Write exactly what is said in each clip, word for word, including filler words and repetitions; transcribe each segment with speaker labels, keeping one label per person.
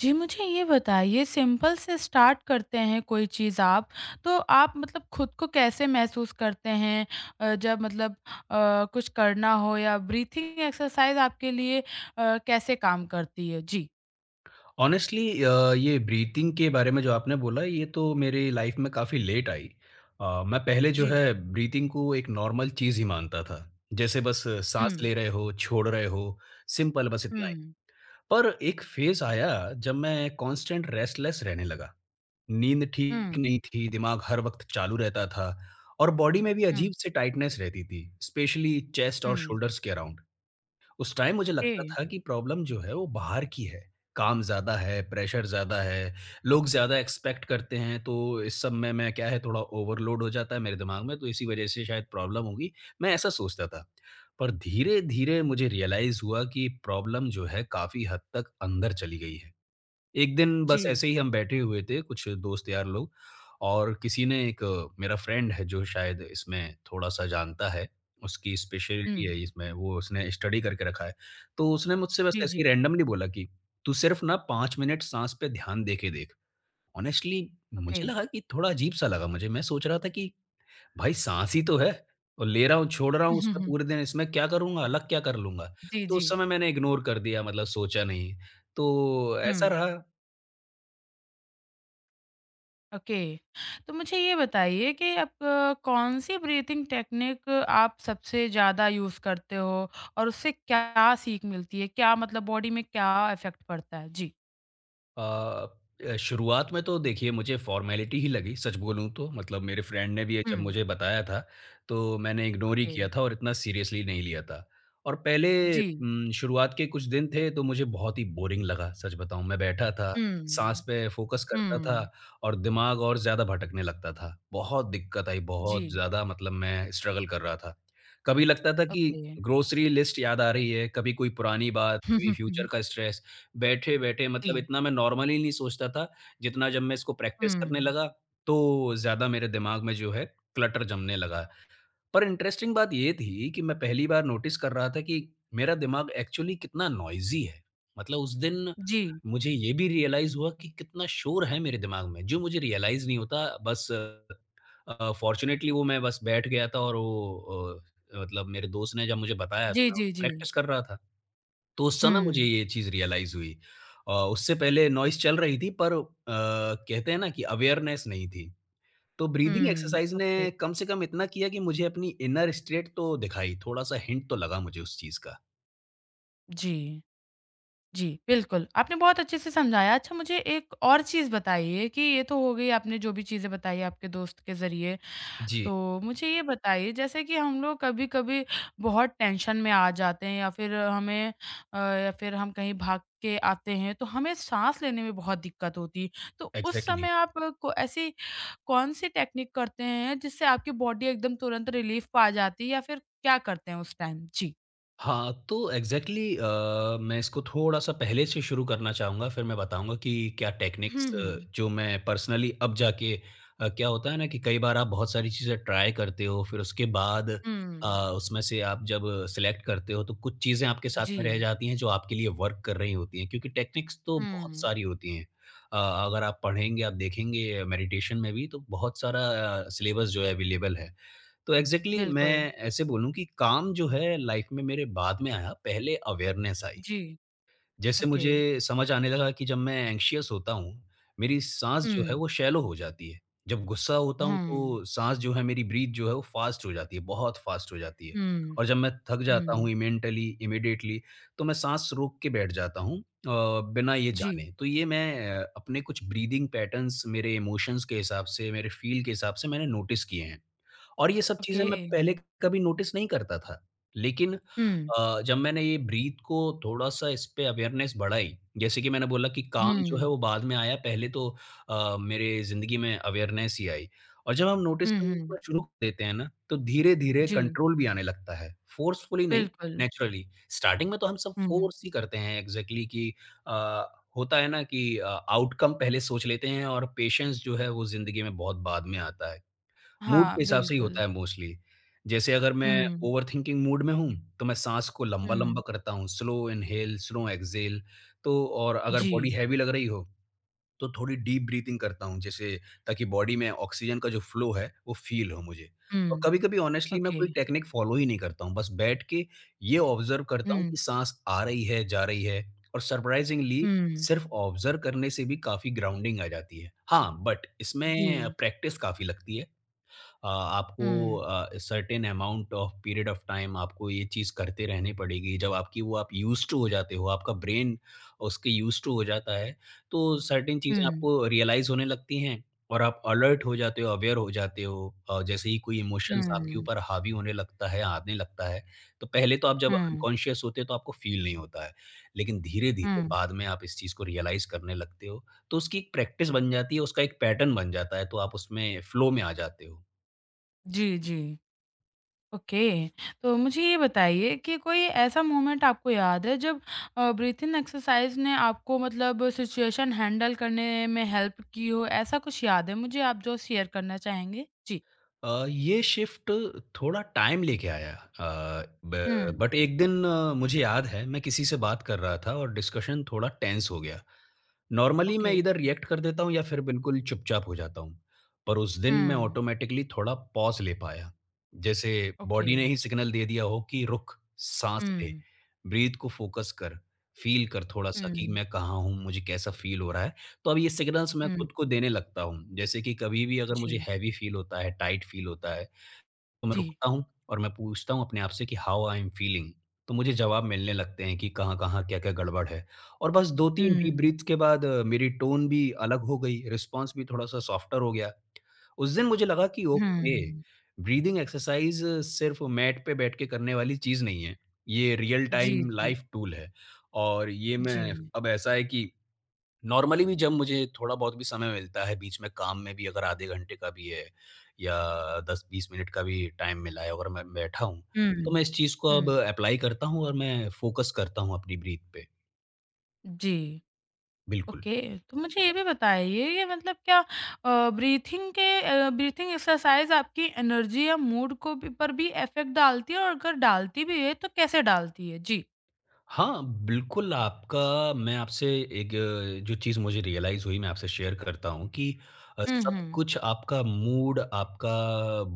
Speaker 1: जी, मुझे ये बताइए सिंपल से स्टार्ट करते हैं कोई चीज़ आप, तो आप मतलब खुद को कैसे महसूस करते हैं? अ, जब मतलब अ, कुछ करना हो या ब्रीथिंग एक्सरसाइज़ आपके लिए अ, कैसे काम करती है? जी।
Speaker 2: ऑनेस्टली अ, ये ब्रीथिंग के बारे में जो आपने बोला ये तो मेरी लाइफ में काफ़ी लेट आई। अ, मैं पहले जो
Speaker 1: जी।
Speaker 2: है ब्रीथिंग को एक नॉर्मल चीज़ ही मानता था। जैसे बस
Speaker 1: हुँ,
Speaker 2: साँस ले रहे हो, छोड़ रहे हो, सिंपल बस इतना ही।
Speaker 1: हुँ,
Speaker 2: पर एक फ़ेज़ आया जब मैं कॉन्स्टेंट रेस्टलेस रहने लगा। नींद ठीक
Speaker 1: हुँ,
Speaker 2: नहीं थी, दिमाग हर वक़्त चालू रहता था और बॉडी में भी
Speaker 1: हुँ,
Speaker 2: अजीब-सी टाइटनेस रहती थी, स्पेशली चेस्ट और
Speaker 1: हुँ।
Speaker 2: शोल्डर्स के अराउंड। उस टाइम मुझे
Speaker 1: ओके।
Speaker 2: लगता था कि प्रॉब्लम जो है वो बाहर की है। काम ज़्यादा है, प्रेशर ज़्यादा है, लोग ज़्यादा एक्सपेक्ट करते हैं तो इस सब में मैं क्या है थोड़ा ओवरलोड हो जाता है मेरे दिमाग में तो इसी वज़ह से शायद प्रॉब्लम होगी, मैं ऐसा सोचता था। पर धीरे-धीरे मुझे रियलाइज़ हुआ कि प्रॉब्लम जो है काफ़ी हद तक अंदर चली गई है। एक दिन बस
Speaker 1: जी।
Speaker 2: ऐसे ही हम बैठे हुए थे, कुछ दोस्त यार लोग और किसी ने एक अ, मेरा फ्रेंड है जो शायद इसमें थोड़ा-सा जानता है, उसकी स्पेशलिटी है
Speaker 1: हुँ।
Speaker 2: इसमें, वो उसने स्टडी करके रखा है। तो उसने मुझसे बस
Speaker 1: जी,
Speaker 2: ऐसे ही
Speaker 1: जी।
Speaker 2: रैंडमली बोला कि, "तू सिर्फ़ ना पाँच मिनट साँस पे ध्यान दे के देख।" Honestly
Speaker 1: okay.
Speaker 2: मुझे लगा कि थोड़ा अजीब-सा लगा मुझे, मैं सोच रहा था कि भाई साँस ही तो है और ले रहा हूँ, छोड़ रहा हूँ
Speaker 1: हुँ, हुँ,
Speaker 2: उसमें
Speaker 1: हुँ।
Speaker 2: पूरे दिन, इसमें क्या करूँगा, अलग क्या कर लूँगा?
Speaker 1: जी,
Speaker 2: तो
Speaker 1: जी।
Speaker 2: उस समय मैंने इग्नोर कर दिया मतलब सोचा नहीं। तो ऐसा
Speaker 1: हुँ।
Speaker 2: रहा
Speaker 1: ओके, तो मुझे ये बताइए कि आप अ, कौन सी ब्रीथिंग टेक्निक आप सबसे ज़्यादा यूज़ करते हो और उससे क्या सीख मिलती है? क्या मतलब बॉडी में क्या इफ़ेक्ट पड़ता है? जी।
Speaker 2: अ अ, शुरुआत में तो देखिए मुझे फ़ॉर्मेलिटी ही लगी सच बोलूँ तो, मतलब मेरे फ्रेंड ने भी ये जब
Speaker 1: हुँ।
Speaker 2: मुझे बताया था, तो मैंने इग्नोर ही
Speaker 1: ओके।
Speaker 2: किया था और इतना सीरियसली नहीं लिया था। और पहले
Speaker 1: जी।
Speaker 2: उम, शुरुआत के कुछ दिन थे तो मुझे बहुत ही बोरिंग लगा, सच बताऊँ। मैं बैठा था, साँस
Speaker 1: हुँ।
Speaker 2: पे फ़ोकस करता था
Speaker 1: हुँ।
Speaker 2: और दिमाग और ज़्यादा भटकने लगता था। बहुत दिक्कत आई,
Speaker 1: जी।
Speaker 2: बहुत ज़्यादा मतलब मैं स्ट्रगल कर रहा था। कभी लगता था कि
Speaker 1: ओके।
Speaker 2: ग्रोसरी लिस्ट याद आ रही है, कभी कोई पुरानी बात, कभी फ्यूचर का स्ट्रेस बैठे-बैठे
Speaker 1: जी।
Speaker 2: मतलब इतना मैं नॉर्मली नहीं सोचता था, जितना जब मैं इसको प्रैक्टिस करने
Speaker 1: हुँ।
Speaker 2: लगा, तो ज़्यादा मेरे दिमाग में जो है क्लटर जमने लगा। पर इंटरेस्टिंग बात ये थी कि मैं पहली बार नोटिस कर रहा था कि मेरा दिमाग एक्चुअली कितना नॉइज़ी है। मतलब उस दिन
Speaker 1: जी।
Speaker 2: मुझे ये भी रियलाइज़ हुआ कि कितना शोर है मेरे दिमाग में, जो मुझे रियलाइज़ नहीं होता। बस अ, फ़ॉर्च्यूनेटली वो मैं बस बैठ गया था और वो अ, मतलब मेरे दोस्त ने जब मुझे बताया तो
Speaker 1: जी,
Speaker 2: मैं
Speaker 1: जी,
Speaker 2: उसको
Speaker 1: जी।
Speaker 2: प्रैक्टिस कर रहा था। तो उस समय मुझे
Speaker 1: हुँ।
Speaker 2: ये चीज़ रियलाइज़ हुई। अ, उससे पहले नॉइज़ चल रही थी पर अ, कहते हैं ना कि अवेयरनेस नहीं थी। तो ब्रीथिंग
Speaker 1: हुँ।
Speaker 2: एक्सरसाइज़ ने
Speaker 1: ओके।
Speaker 2: कम से कम इतना किया कि मुझे अपनी इनर स्टेट तो दिखाई, थोड़ा-सा हिंट तो लगा मुझे उस चीज़ का।
Speaker 1: जी। जी, बिल्कुल। आपने बहुत अच्छे से समझाया। अच्छा मुझे एक और चीज़ बताइए कि ये तो हो गई आपने जो भी चीज़ें बताई आपके दोस्त के ज़रिए।
Speaker 2: जी,
Speaker 1: तो मुझे ये बताइए जैसे कि हम लोग कभी-कभी बहुत टेंशन में आ जाते हैं या फिर हमें अ, या फिर हम कहीं भाग के आते हैं तो हमें साँस लेने में बहुत दिक्कत होती है। तो उस
Speaker 2: एग्ज़ैक्टली।
Speaker 1: समय आप को ऐसी कौन-सी टेक्निक करते हैं जिससे आपकी बॉडी एकदम तुरंत रिलीफ़ पा जाती है या फिर क्या करते हैं उस टाइम? जी।
Speaker 2: हाँ, तो एग्ज़ैक्टली अ, मैं इसको थोड़ा-सा पहले से शुरू करना चाहूँगा, फिर मैं बताऊँगा कि क्या टेक्निक्स
Speaker 1: हुँ, हुँ।
Speaker 2: जो मैं पर्सनली अब जाके अ, क्या होता है ना कि कई बार आप बहुत सारी चीज़ें ट्राई करते हो, फिर उसके बाद अ,
Speaker 1: हुँ।
Speaker 2: उसमें से आप जब सेलेक्ट करते हो, तो कुछ चीज़ें आपके साथ में रह
Speaker 1: जी।
Speaker 2: जाती हैं, जो आपके लिए वर्क कर रही होती हैं, क्योंकि टेक्निक्स तो बहुत
Speaker 1: हुँ।
Speaker 2: सारी होती हैं। अ, अगर आप पढ़ेंगे, आप देखेंगे मेडिटेशन में भी, तो बहुत सारा अ, सिलेबस जो है अवेलेबल है। तो एग्ज़ैक्टली मैं
Speaker 1: बिल्कुल,
Speaker 2: ऐसे बोलूँ कि काम जो है लाइफ़ में मेरे बाद में आया, पहले अवेयरनेस आई।
Speaker 1: जी,
Speaker 2: जैसे
Speaker 1: ओके।
Speaker 2: मुझे समझ आने लगा कि जब मैं एंग्ज़ियस होता हूँ, मेरी साँस जो है
Speaker 1: हुँ,
Speaker 2: वो शैलो हो जाती है। जब गुस्सा होता हूँ
Speaker 1: हुँ,
Speaker 2: तो साँस जो है मेरी ब्रीथ जो है वो फ़ास्ट हो जाती है, बहुत फ़ास्ट हो जाती है।
Speaker 1: हुँ,
Speaker 2: और जब मैं थक जाता
Speaker 1: हुँ,
Speaker 2: हूँ मेंटली इमीडिएटली तो मैं साँस रोक के बैठ जाता हूँ अ, बिना ये
Speaker 1: जी,
Speaker 2: जाने। तो ये मैं अ, अपने कुछ ब्रीथिंग पैटर्न्स मेरे इमोशंस के हिसाब से, मेरे फ़ील के हिसाब से मैंने नोटिस किए हैं। और ये सब चीज़ें
Speaker 1: ओके।
Speaker 2: मैं पहले कभी नोटिस नहीं करता था। लेकिन
Speaker 1: हुँ,
Speaker 2: अ, जब मैंने ये ब्रीथ को थोड़ा-सा इस पे अवेयरनेस बढ़ाई, जैसे कि मैंने बोला कि काम जो है
Speaker 1: हुँ,
Speaker 2: वो बाद में आया, पहले तो अ, मेरे ज़िंदगी में अवेयरनेस ही आई। और जब हम नोटिस
Speaker 1: हुँ, हुँ,
Speaker 2: करना शुरू कर देते हैं ना, तो धीरे-धीरे
Speaker 1: जी,
Speaker 2: कंट्रोल भी आने लगता है, फोर्सफुली नहीं,
Speaker 1: बिल्कुल,
Speaker 2: नेचुरली। स्टार्टिंग में तो हम सब
Speaker 1: हुँ,
Speaker 2: फोर्स ही करते हैं एग्ज़ैक्टली कि अ, होता है ना कि अ, आउटकम पहले सोच लेते हैं और पेशेंस जो है वो ज़िंदगी में बहुत बाद में आता है। मूड
Speaker 1: हाँ,
Speaker 2: के हिसाब से ही होता
Speaker 1: बिल्कुल,
Speaker 2: है मोस्टली। जैसे अगर मैं
Speaker 1: हुँ,
Speaker 2: ओवरथिंकिंग मूड में हूँ, तो मैं साँस को लंबा-लंबा
Speaker 1: हुँ,
Speaker 2: करता हूँ, स्लो इनहेल, स्लो एक्सहेल तो और अगर बॉडी
Speaker 1: जी,
Speaker 2: हैवी लग रही हो, तो थोड़ी डीप ब्रीथिंग करता हूँ जैसे ताकि बॉडी में ऑक्सीजन का जो फ्लो है, वो फ़ील हो मुझे। और
Speaker 1: हुँ,
Speaker 2: कभी-कभी ऑनेस्टली मैं
Speaker 1: ओके,
Speaker 2: कोई टेक्निक फ़ॉलो ही नहीं करता हूँ, बस बैठ के ये ऑब्ज़र्व करता हूँ
Speaker 1: हुँ,
Speaker 2: कि साँस आ रही है, जा रही है और सरप्राइज़िंगली
Speaker 1: हुँ,
Speaker 2: सिर्फ़ ऑब्ज़र्व करने से भी काफ़ी ग्राउंडिंग आ जाती है। हाँ, बट इसमें
Speaker 1: जी,
Speaker 2: प्रैक्टिस काफ़ी लगती है। अ,
Speaker 1: हुँ,
Speaker 2: आपको certain amount of period of time आपको ये चीज़ करते रहने पड़ेगी। जब आपकी वो आप यूज़्ड टू हो जाते हो, आपका ब्रेन उसके यूज़्ड टू हो जाता है, तो सर्टेन चीज़ें
Speaker 1: हुँ,
Speaker 2: आपको रियलाइज़ होने लगती हैं और आप अलर्ट हो जाते हो, अवेयर हो जाते हो। अ, जैसे ही कोई इमोशंस आपके
Speaker 1: हुँ,
Speaker 2: ऊपर हावी होने लगता है, आने लगता है, तो पहले तो आप जब
Speaker 1: हुँ,
Speaker 2: अनकॉन्शियस होते हो, तो आपको फ़ील नहीं होता है। लेकिन धीरे-धीरे
Speaker 1: हुँ,
Speaker 2: बाद में आप इस चीज़ को रियलाइज़ करने लगते हो, तो उसकी एक प्रैक्टिस बन जाती है, उसका एक पैटर्न बन जाता है, तो आप उसमें फ़्लो में आ जाते हो।
Speaker 1: जी, जी। ओके। तो मुझे ये बताइए कि कोई ऐसा मोमेंट आपको याद है जब अ, ब्रीथिंग एक्सरसाइज़ ने आपको मतलब सिचुएशन हैंडल करने में हेल्प की हो, ऐसा कुछ याद है मुझे आप जो शेयर करना चाहेंगे? जी।
Speaker 2: अ, ये शिफ्ट थोड़ा टाइम लेके आया अ, ब
Speaker 1: हुँ।
Speaker 2: बट एक दिन अ, मुझे याद है मैं किसी से बात कर रहा था और डिस्कशन थोड़ा टेंस हो गया। नॉर्मली मैं
Speaker 1: ओके।
Speaker 2: इधर रिएक्ट कर देता हूँ या फिर बिल्कुल चुपचाप हो जाता हूँ। पर उस दिन मैं
Speaker 1: हुँ।
Speaker 2: ऑटोमैटिकली थोड़ा पॉज़ ले पाया। जैसे
Speaker 1: ओके।
Speaker 2: बॉडी ने ही सिग्नल दे दिया हो कि रुक, साँस ले,
Speaker 1: हुँ।
Speaker 2: ब्रीथ को फ़ोकस कर, फ़ील कर थोड़ा-सा कि
Speaker 1: हुँ,
Speaker 2: मैं कहाँ हूँ, मुझे कैसा फ़ील हो रहा है। तो अब ये सिग्नल्स मैं
Speaker 1: हुँ,
Speaker 2: खुद को
Speaker 1: हुँ।
Speaker 2: देने लगता हूँ। जैसे कि कभी भी अगर मुझे
Speaker 1: जी,
Speaker 2: हैवी फ़ील होता है, टाइट फ़ील होता है तो मैं
Speaker 1: जी।
Speaker 2: रुकता हूँ और मैं पूछता हूँ अपने आप से कि हाउ आई एम फीलिंग तो मुझे जवाब मिलने लगते हैं कि कहाँ-कहाँ, क्या-क्या गड़बड़ है और बस दो तीन डीप
Speaker 1: हुँ,
Speaker 2: ब्रीथ्स के बाद अ, मेरी टोन भी अलग हो गई, रिस्पॉन्स भी थोड़ा-सा सॉफ्टर हो गया। उस दिन मुझे लगा कि ओके,
Speaker 1: हुँ।
Speaker 2: ब्रीथिंग एक्सरसाइज़ सिर्फ मैट पे बैठ के करने वाली चीज़ नहीं है। ये रियल
Speaker 1: जी,
Speaker 2: टाइम
Speaker 1: जी,
Speaker 2: लाइफ टूल है और ये
Speaker 1: जी।
Speaker 2: मैं अब ऐसा है कि नॉर्मली भी जब मुझे थोड़ा बहुत भी समय मिलता है, बीच में काम में भी अगर आधे घंटे का भी है या दस बीस मिनट का भी टाइम मिला है, अगर मैं बैठा हूँ, तो
Speaker 1: हुँ,
Speaker 2: मैं इस चीज़ को अब
Speaker 1: हुँ।
Speaker 2: एप्लाई करता हूँ और मैं फ़ोकस करता हूँ अपनी ब्रीथ पे।
Speaker 1: जी।
Speaker 2: बिल्कुल।
Speaker 1: ओके, तो मुझे ये भी बताइए ये मतलब क्या अ, ब्रीथिंग के अ, ब्रीथिंग एक्सरसाइज़ आपकी एनर्जी या मूड को भी पर भी इफ़ेक्ट डालती है और अगर डालती भी है तो कैसे डालती है? जी।
Speaker 2: हाँ, बिल्कुल आपका मैं आपसे एक अ, जो चीज़ मुझे रियलाइज़ हुई मैं आपसे शेयर करता हूँ कि अ,
Speaker 1: हुँ,
Speaker 2: सब
Speaker 1: हुँ।
Speaker 2: कुछ आपका मूड, आपका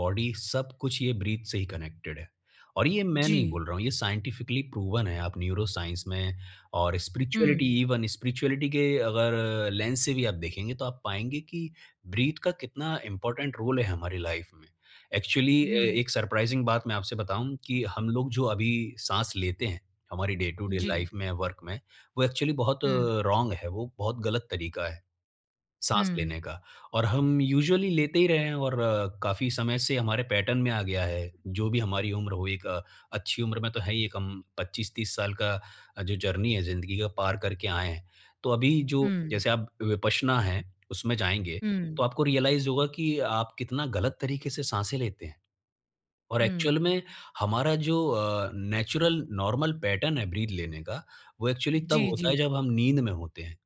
Speaker 2: बॉडी सब कुछ ये ब्रीथ से ही कनेक्टेड है। और ये मैं नहीं
Speaker 1: जी।
Speaker 2: बोल रहा हूँ, ये साइंटिफिकली प्रूवन है आप न्यूरोसाइंस में और स्पिरिचुअलिटी
Speaker 1: हुँ,
Speaker 2: इवन स्पिरिचुअलिटी के अगर लेंस से भी आप देखेंगे तो आप पाएँगे कि ब्रीथ का कितना इम्पोर्टेंट रोल है हमारी लाइफ़ में। एक्चुअली अ,
Speaker 1: हुँ।
Speaker 2: एक सरप्राइज़िंग बात मैं आपसे बताऊँ कि हम लोग जो अभी साँस लेते हैं हमारी डे टू डे
Speaker 1: जी।
Speaker 2: लाइफ में, वर्क में, वो एक्चुअली बहुत
Speaker 1: हुँ,
Speaker 2: रॉन्ग है, वो बहुत गलत तरीका है साँस
Speaker 1: हुँ,
Speaker 2: लेने का और हम यूजुअली लेते ही रहे हैं और काफ़ी समय से हमारे पैटर्न में आ गया है। जो भी हमारी उम्र हो, एक अ, अच्छी उम्र में तो है ही एक हम पच्चीस तीस साल का अ, जो जर्नी है ज़िंदगी का पार करके आए हैं। तो अभी जो
Speaker 1: हुँ,
Speaker 2: जैसे आप विपश्यना है, उसमें जाएँगे, तो
Speaker 1: हुँ,
Speaker 2: आपको रियलाइज़ होगा कि आप कितना गलत तरीके से साँसें लेते हैं। और एक्चुअल
Speaker 1: हुँ।
Speaker 2: में हमारा जो अ, नेचुरल नॉर्मल पैटर्न है ब्रीथ लेने का, वो एक्चुअली
Speaker 1: जी,
Speaker 2: तब होता
Speaker 1: जी।
Speaker 2: है जब हम नींद में होते हैं।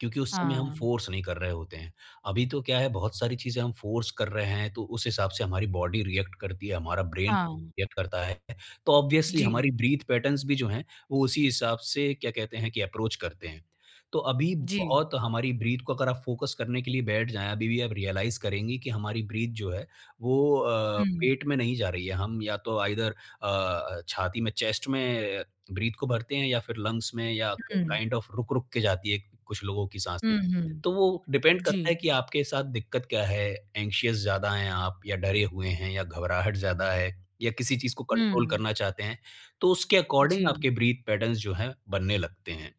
Speaker 2: क्योंकि उस समय हम
Speaker 1: हाँ,
Speaker 2: फ़ोर्स नहीं कर रहे होते हैं। अभी तो क्या है बहुत सारी चीज़ें हम फ़ोर्स कर रहे हैं तो उस हिसाब से हमारी बॉडी रिएक्ट करती है, हमारा ब्रेन
Speaker 1: हाँ।
Speaker 2: रिएक्ट करता है। तो ऑब्वियसली हमारी
Speaker 1: जी,
Speaker 2: ब्रीथ पैटर्न्स भी जो हैं वो उसी हिसाब से क्या कहते हैं कि अप्रोच करते हैं। तो अभी
Speaker 1: जी।
Speaker 2: बहुत हमारी ब्रीथ को अगर आप फ़ोकस करने के लिए बैठ जाएँ, अभी भी आप रियलाइज़ करेंगी कि हमारी ब्रीथ जो है वो अ,
Speaker 1: हुँ,
Speaker 2: पेट में नहीं जा रही है। हम या तो आइदर अ, छाती में, चेस्ट में ब्रीथ को भरते हैं या फिर लंग्स में या
Speaker 1: हुँ,
Speaker 2: काइंड ऑफ रुक-रुक के जाती है कुछ लोगों की साँसें।
Speaker 1: हुँ, हुँ।
Speaker 2: तो वो डिपेंड करता है
Speaker 1: जी।
Speaker 2: कि आपके साथ दिक्कत क्या है, एंग्ज़ियस ज़्यादा हैं आप या डरे हुए हैं या घबराहट ज़्यादा है या किसी चीज़ को कंट्रोल
Speaker 1: हुँ,
Speaker 2: करना चाहते हैं, तो उसके अकॉर्डिंग
Speaker 1: जी,
Speaker 2: आपके ब्रीथ पैटर्न्स जो हैं बनने लगते हैं।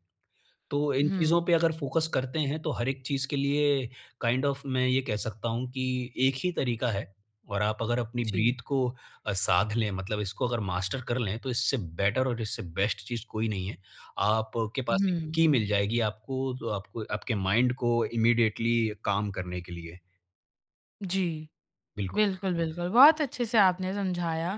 Speaker 2: तो इन
Speaker 1: हुँ,
Speaker 2: चीज़ों पे अगर फ़ोकस करते हैं तो हर एक चीज़ के लिए काइंड ऑफ मैं ये कह सकता हूँ कि एक ही तरीका है और आप अगर अपनी
Speaker 1: जी।
Speaker 2: ब्रीथ को अ, साध लें मतलब इसको अगर मास्टर कर लें तो इससे बेटर और इससे बेस्ट चीज़ कोई नहीं है। आपके पास एक
Speaker 1: हुँ,
Speaker 2: की मिल जाएगी आपको तो आपको आपके माइंड को इमीडिएटली काम करने के लिए।
Speaker 1: जी।
Speaker 2: बिल्कुल,
Speaker 1: बिल्कुल, बिल्कुल। बहुत अच्छे से आपने समझाया।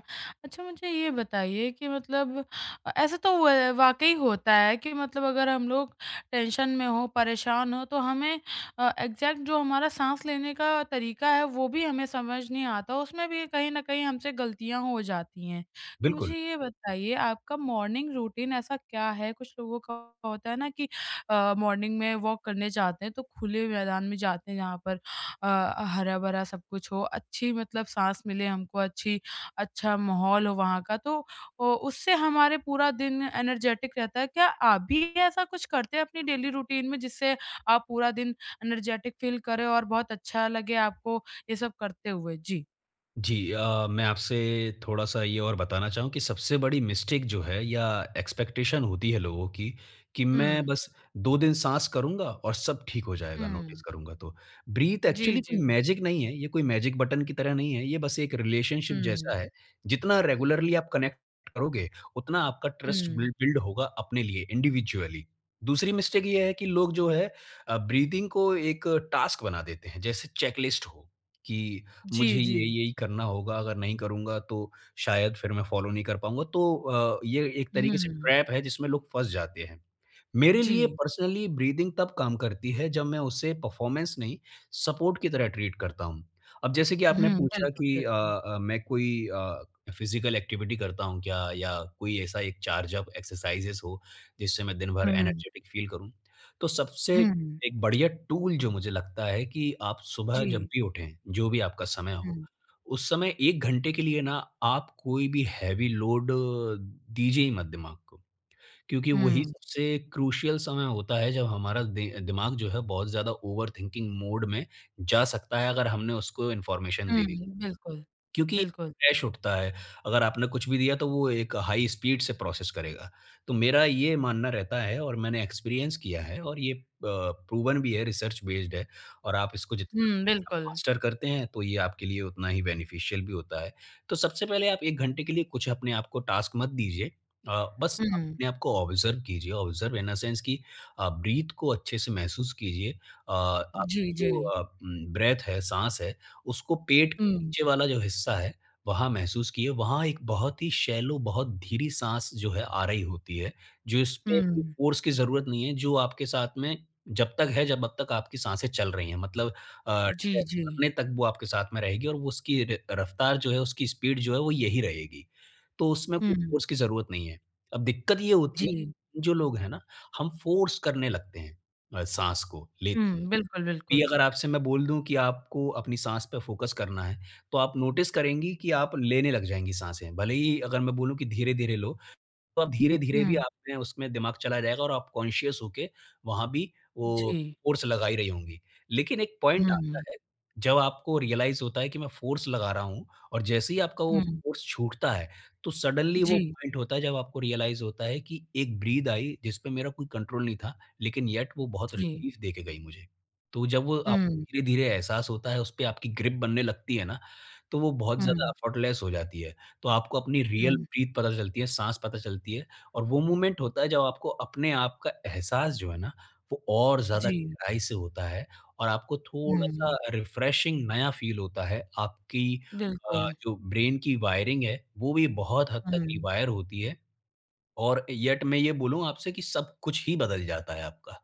Speaker 1: अच्छा मुझे ये बताइए कि मतलब अ, ऐसा तो व वाक़ई होता है कि मतलब अगर हम लोग टेंशन में हों, परेशान हों तो हमें अ, एग्ज़ैक्ट जो हमारा साँस लेने का तरीका है वो भी हमें समझ नहीं आता, उसमें भी कहीं न कहीं हमसे गलतियाँ हो जाती हैं। तो
Speaker 2: बिल्कुल।
Speaker 1: मुझे ये बताइए आपका मॉर्निंग रूटीन ऐसा क्या है? कुछ लोगों का होता है ना कि अ, मॉर्निंग में वॉक करने जाते हैं तो खुले मैदान में जाते हैं जहाँ पर अ, हरा-भरा सब कुछ हो, अच्छी मतलब साँस मिले हमको, अच्छी अच्छा माहौल हो वहाँ का, तो ओ उससे हमारे पूरा दिन एनर्जेटिक रहता है। क्या आप भी ऐसा कुछ करते हैं अपनी डेली रूटीन में, जिससे आप पूरा दिन एनर्जेटिक फ़ील करें और बहुत अच्छा लगे आपको ये सब करते हुए? जी।
Speaker 2: जी अ, मैं आपसे थोड़ा-सा ये और बताना चाहूँ कि सबसे बड़ी मिस्टेक जो है या एक्सपेक्टेशन होती है लोगों की, कि मैं
Speaker 1: हुँ,
Speaker 2: बस दो दिन साँस करूँगा और सब ठीक हो जाएगा, नोटिस
Speaker 1: हुँ।
Speaker 2: करूँगा तो। ब्रीथ
Speaker 1: जी,
Speaker 2: एक्चुअली
Speaker 1: जी।
Speaker 2: कोई मैजिक नहीं है, ये कोई मैजिक बटन की तरह नहीं है, ये बस एक रिलेशनशिप
Speaker 1: हुँ,
Speaker 2: जैसा है। जितना रेगुलरली आप कनेक्ट करोगे, उतना आपका ट्रस्ट बिल
Speaker 1: हुँ।
Speaker 2: बिल्ड होगा अपने लिए इंडिविजुअली। दूसरी मिस्टेक ये है कि लोग जो है अ, ब्रीथिंग को एक टास्क बना देते हैं, जैसे चेकलिस्ट हो कि मुझे
Speaker 1: जी, जी।
Speaker 2: ये यही करना होगा, अगर नहीं करूँगा तो शायद फिर मैं फ़ॉलो नहीं कर पाऊँगा। तो अ, ये एक तरीके से
Speaker 1: हुँ,
Speaker 2: ट्रैप है जिसमें लोग फँस जाते हैं। मेरे लिए
Speaker 1: जी।
Speaker 2: पर्सनली ब्रीदिंग तब काम करती है जब मैं उसे परफॉर्मेंस नहीं सपोर्ट की तरह ट्रीट करता हूँ। अब जैसे कि आपने
Speaker 1: हुँ,
Speaker 2: पूछा
Speaker 1: बिल्कुल,
Speaker 2: कि अ
Speaker 1: बिल्कुल।
Speaker 2: अ, मैं कोई अ, फिज़िकल एक्टिविटी करता हूँ क्या या कोई ऐसा एक चार्ज अप एक्सरसाइज़ेज़ हो जिससे मैं दिन भर
Speaker 1: हुँ,
Speaker 2: एनर्जेटिक फ़ील करूँ। तो सबसे
Speaker 1: हुँ।
Speaker 2: एक बढ़िया टूल जो मुझे लगता है कि आप सुबह
Speaker 1: जी।
Speaker 2: जब भी उठें, जो भी आपका समय हो,
Speaker 1: हुँ,
Speaker 2: उस समय एक घंटे के लिए ना आप कोई भी हैवी लोड दीजिए ही मत दिमाग को। क्योंकि वही
Speaker 1: हुँ।
Speaker 2: सबसे क्रूशियल समय होता है जब हमारा दि दिमाग जो है बहुत ज़्यादा ओवरथिंकिंग मोड में जा सकता है अगर हमने उसको इन्फॉर्मेशन
Speaker 1: हुँ,
Speaker 2: दे दी।
Speaker 1: बिल्कुल,
Speaker 2: क्योंकि
Speaker 1: बिल्कुल।
Speaker 2: क्रैश उठता है। अगर आपने कुछ भी दिया तो वो एक हाई स्पीड से प्रोसेस करेगा। तो मेरा ये मानना रहता है और मैंने एक्सपीरियंस किया है और ये अ, प्रूवन भी है, रिसर्च बेस्ड है और आप इसको जितना
Speaker 1: हुँ,
Speaker 2: आप
Speaker 1: बिल्कुल।
Speaker 2: मास्टर करते हैं तो ये आपके लिए उतना ही बेनिफिशियल भी होता है। तो सबसे पहले आप एक घंटे के लिए कुछ अपने आप को टास्क मत दीजिए। अ, बस आप
Speaker 1: हुँ,
Speaker 2: अपने आप को ऑब्ज़र्व कीजिए, ऑब्ज़र्व इन अ सेंस कि अ, ब्रीथ को अच्छे से महसूस कीजिए। अ,
Speaker 1: जी,
Speaker 2: आपकी
Speaker 1: जी।
Speaker 2: जो अ, उम, ब्रेथ है, साँस है उसको पेट के
Speaker 1: हुँ,
Speaker 2: नीचे वाला जो हिस्सा है, वहाँ महसूस किए, वहाँ एक बहुत ही शैलो, बहुत धीरी साँस जो है आ रही होती है, जो इसपे कोई
Speaker 1: हुँ,
Speaker 2: फ़ोर्स की ज़रूरत नहीं है, जो आपके साथ में जब तक है, जब अब तक आपकी साँसें चल रही हैं। मतलब अ,
Speaker 1: जी,
Speaker 2: डेथ
Speaker 1: जी।
Speaker 2: मरने तक वो आपके साथ में रहेगी और वो उसकी र रफ़्तार जो है, उसकी स्पीड जो है, वो यही रहेगी। तो उसमें कोई
Speaker 1: हुँ,
Speaker 2: फ़ोर्स की ज़रूरत नहीं है। अब दिक्कत ये होती
Speaker 1: जी।
Speaker 2: है, कि जो लोग हैं ना, हम फ़ोर्स करने लगते हैं अ, साँस को ले
Speaker 1: हुँ, बिल्कुल,
Speaker 2: भी
Speaker 1: बिल्कुल।
Speaker 2: अगर आपसे मैं बोल दूँ कि आपको अपनी साँस पे फ़ोकस करना है, तो आप नोटिस करेंगी कि आप लेने लग जाएँगी साँसें। भले ही अगर मैं बोलूँ कि धीरे-धीरे लो, तो आप धीरे-धीरे भी
Speaker 1: हुँ,
Speaker 2: आप में उसमें दिमाग चला जाएगा और आप कॉन्शियस होके वहाँ भी वो
Speaker 1: जी।
Speaker 2: फ़ोर्स लगा ही रही होंगी। लेकिन एक पॉइंट आता
Speaker 1: हुँ,
Speaker 2: है, जब आपको रियलाइज़ होता है कि मैं फ़ोर्स लगा रहा हूँ और जैसे ही आपका वो
Speaker 1: हुँ,
Speaker 2: फ़ोर्स छूटता है, तो सडनली वो
Speaker 1: जी,
Speaker 2: पॉइंट होता है जब आपको रियलाइज़ होता है कि एक ब्रीथ आई जिस पे मेरा कोई कंट्रोल नहीं था, लेकिन येट वो बहुत
Speaker 1: जी।
Speaker 2: रिलीफ़ दे के गई मुझे। तो जब वो आपको
Speaker 1: हुँ,
Speaker 2: धीरे-धीरे एहसास होता है, उस पे आपकी ग्रिप बनने लगती है ना, तो वो बहुत ज़्यादा
Speaker 1: हुँ,
Speaker 2: एफर्टलेस हो जाती है। तो आपको अपनी रियल
Speaker 1: हुँ,
Speaker 2: ब्रीथ पता चलती है, साँस पता चलती है और वो मोमेंट होता है जब आपको अपने आप का एहसास जो है ना, वो और ज़्यादा
Speaker 1: जी।
Speaker 2: गहराई से होता है और आपको
Speaker 1: हुँ,
Speaker 2: थोड़ा-सा रिफ्रेशिंग नया फ़ील होता है। आपकी अ,
Speaker 1: बिल्कुल।
Speaker 2: जो ब्रेन की वायरिंग है, वो भी बहुत हद तक
Speaker 1: हुँ,
Speaker 2: रिवायर होती है और येट मैं ये बोलूँ आपसे कि सब कुछ ही बदल जाता है आपका।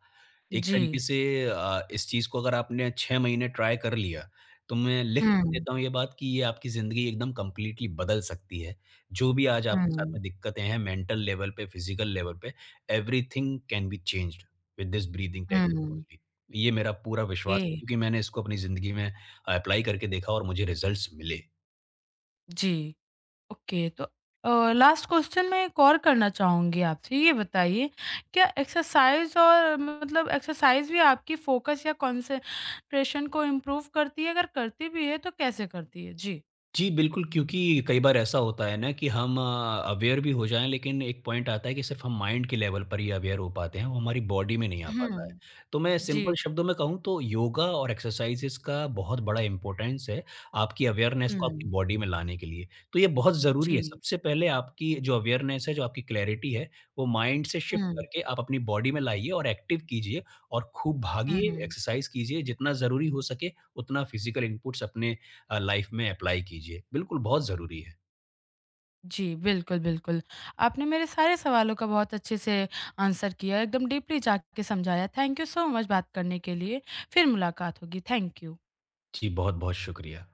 Speaker 2: एक
Speaker 1: जी।
Speaker 2: तरीके से अ, इस चीज़ को अगर आपने छह महीने ट्राई कर लिया, तो मैं लिख के
Speaker 1: हुँ,
Speaker 2: देता हूँ ये बात कि ये आपकी ज़िंदगी एकदम कंप्लीटली बदल सकती है। जो भी आज आपके साथ
Speaker 1: हुँ,
Speaker 2: में दिक्कतें हैं मेंटल लेवल पे, फिज़िकल लेवल पे, everything can be changed with this breathing technique
Speaker 1: हुँ,
Speaker 2: ओनली। ये मेरा पूरा विश्वास है
Speaker 1: ये
Speaker 2: क्योंकि मैंने इसको अपनी ज़िंदगी में अप्लाई करके देखा और मुझे रिज़ल्ट्स मिले।
Speaker 1: जी। ओके, तो अ, लास्ट क्वेश्चन मैं एक और करना चाहूँगी आपसे ये बताइए क्या एक्सरसाइज़ और मतलब एक्सरसाइज़ भी आपकी फ़ोकस या कंसंट्रेशन को इम्प्रूव करती है? अगर करती भी है तो कैसे करती है? जी।
Speaker 2: जी, बिल्कुल, क्योंकि कई बार ऐसा होता है ना कि हम अ, अवेयर भी हो जाएँ लेकिन एक पॉइंट आता है कि सिर्फ़ हम माइंड के लेवल पर ही अवेयर हो पाते हैं, वो हमारी बॉडी में नहीं आ पाता है।
Speaker 1: हुँ।
Speaker 2: तो मैं
Speaker 1: जी,
Speaker 2: सिंपल शब्दों
Speaker 1: जी।
Speaker 2: में कहूँ तो योगा और एक्सरसाइज़ेस का बहुत बड़ा इम्पोर्टेंस है, आपकी अवेयरनेस को आपकी
Speaker 1: हुँ।
Speaker 2: बॉडी में लाने के लिए। तो ये बहुत ज़रूरी है,
Speaker 1: जी।
Speaker 2: सबसे पहले आपकी जो अवेयरनेस है, जो आपकी क्लैरिटी है, वो माइंड से शिफ्ट
Speaker 1: हुँ,
Speaker 2: करके आप अपनी बॉडी में लाइए और एक्टिव कीजिए और खूब भागिए,
Speaker 1: हुँ।
Speaker 2: एक्सरसाइज़ कीजिए, जितना ज़रूरी हो सके उतना फिज़िकल इनपुट्स अपने अ, लाइफ में अप्लाई कीजिए। बिल्कुल, बहुत ज़रूरी है।
Speaker 1: जी, बिल्कुल, बिल्कुल। आपने मेरे सारे सवालों का बहुत अच्छे से आंसर किया, एकदम डीपली जा के समझाया। थैंक यू सो मच बात करने के लिए। फिर मुलाकात होगी। Thank you.
Speaker 2: जी, बहुत-बहुत शुक्रिया।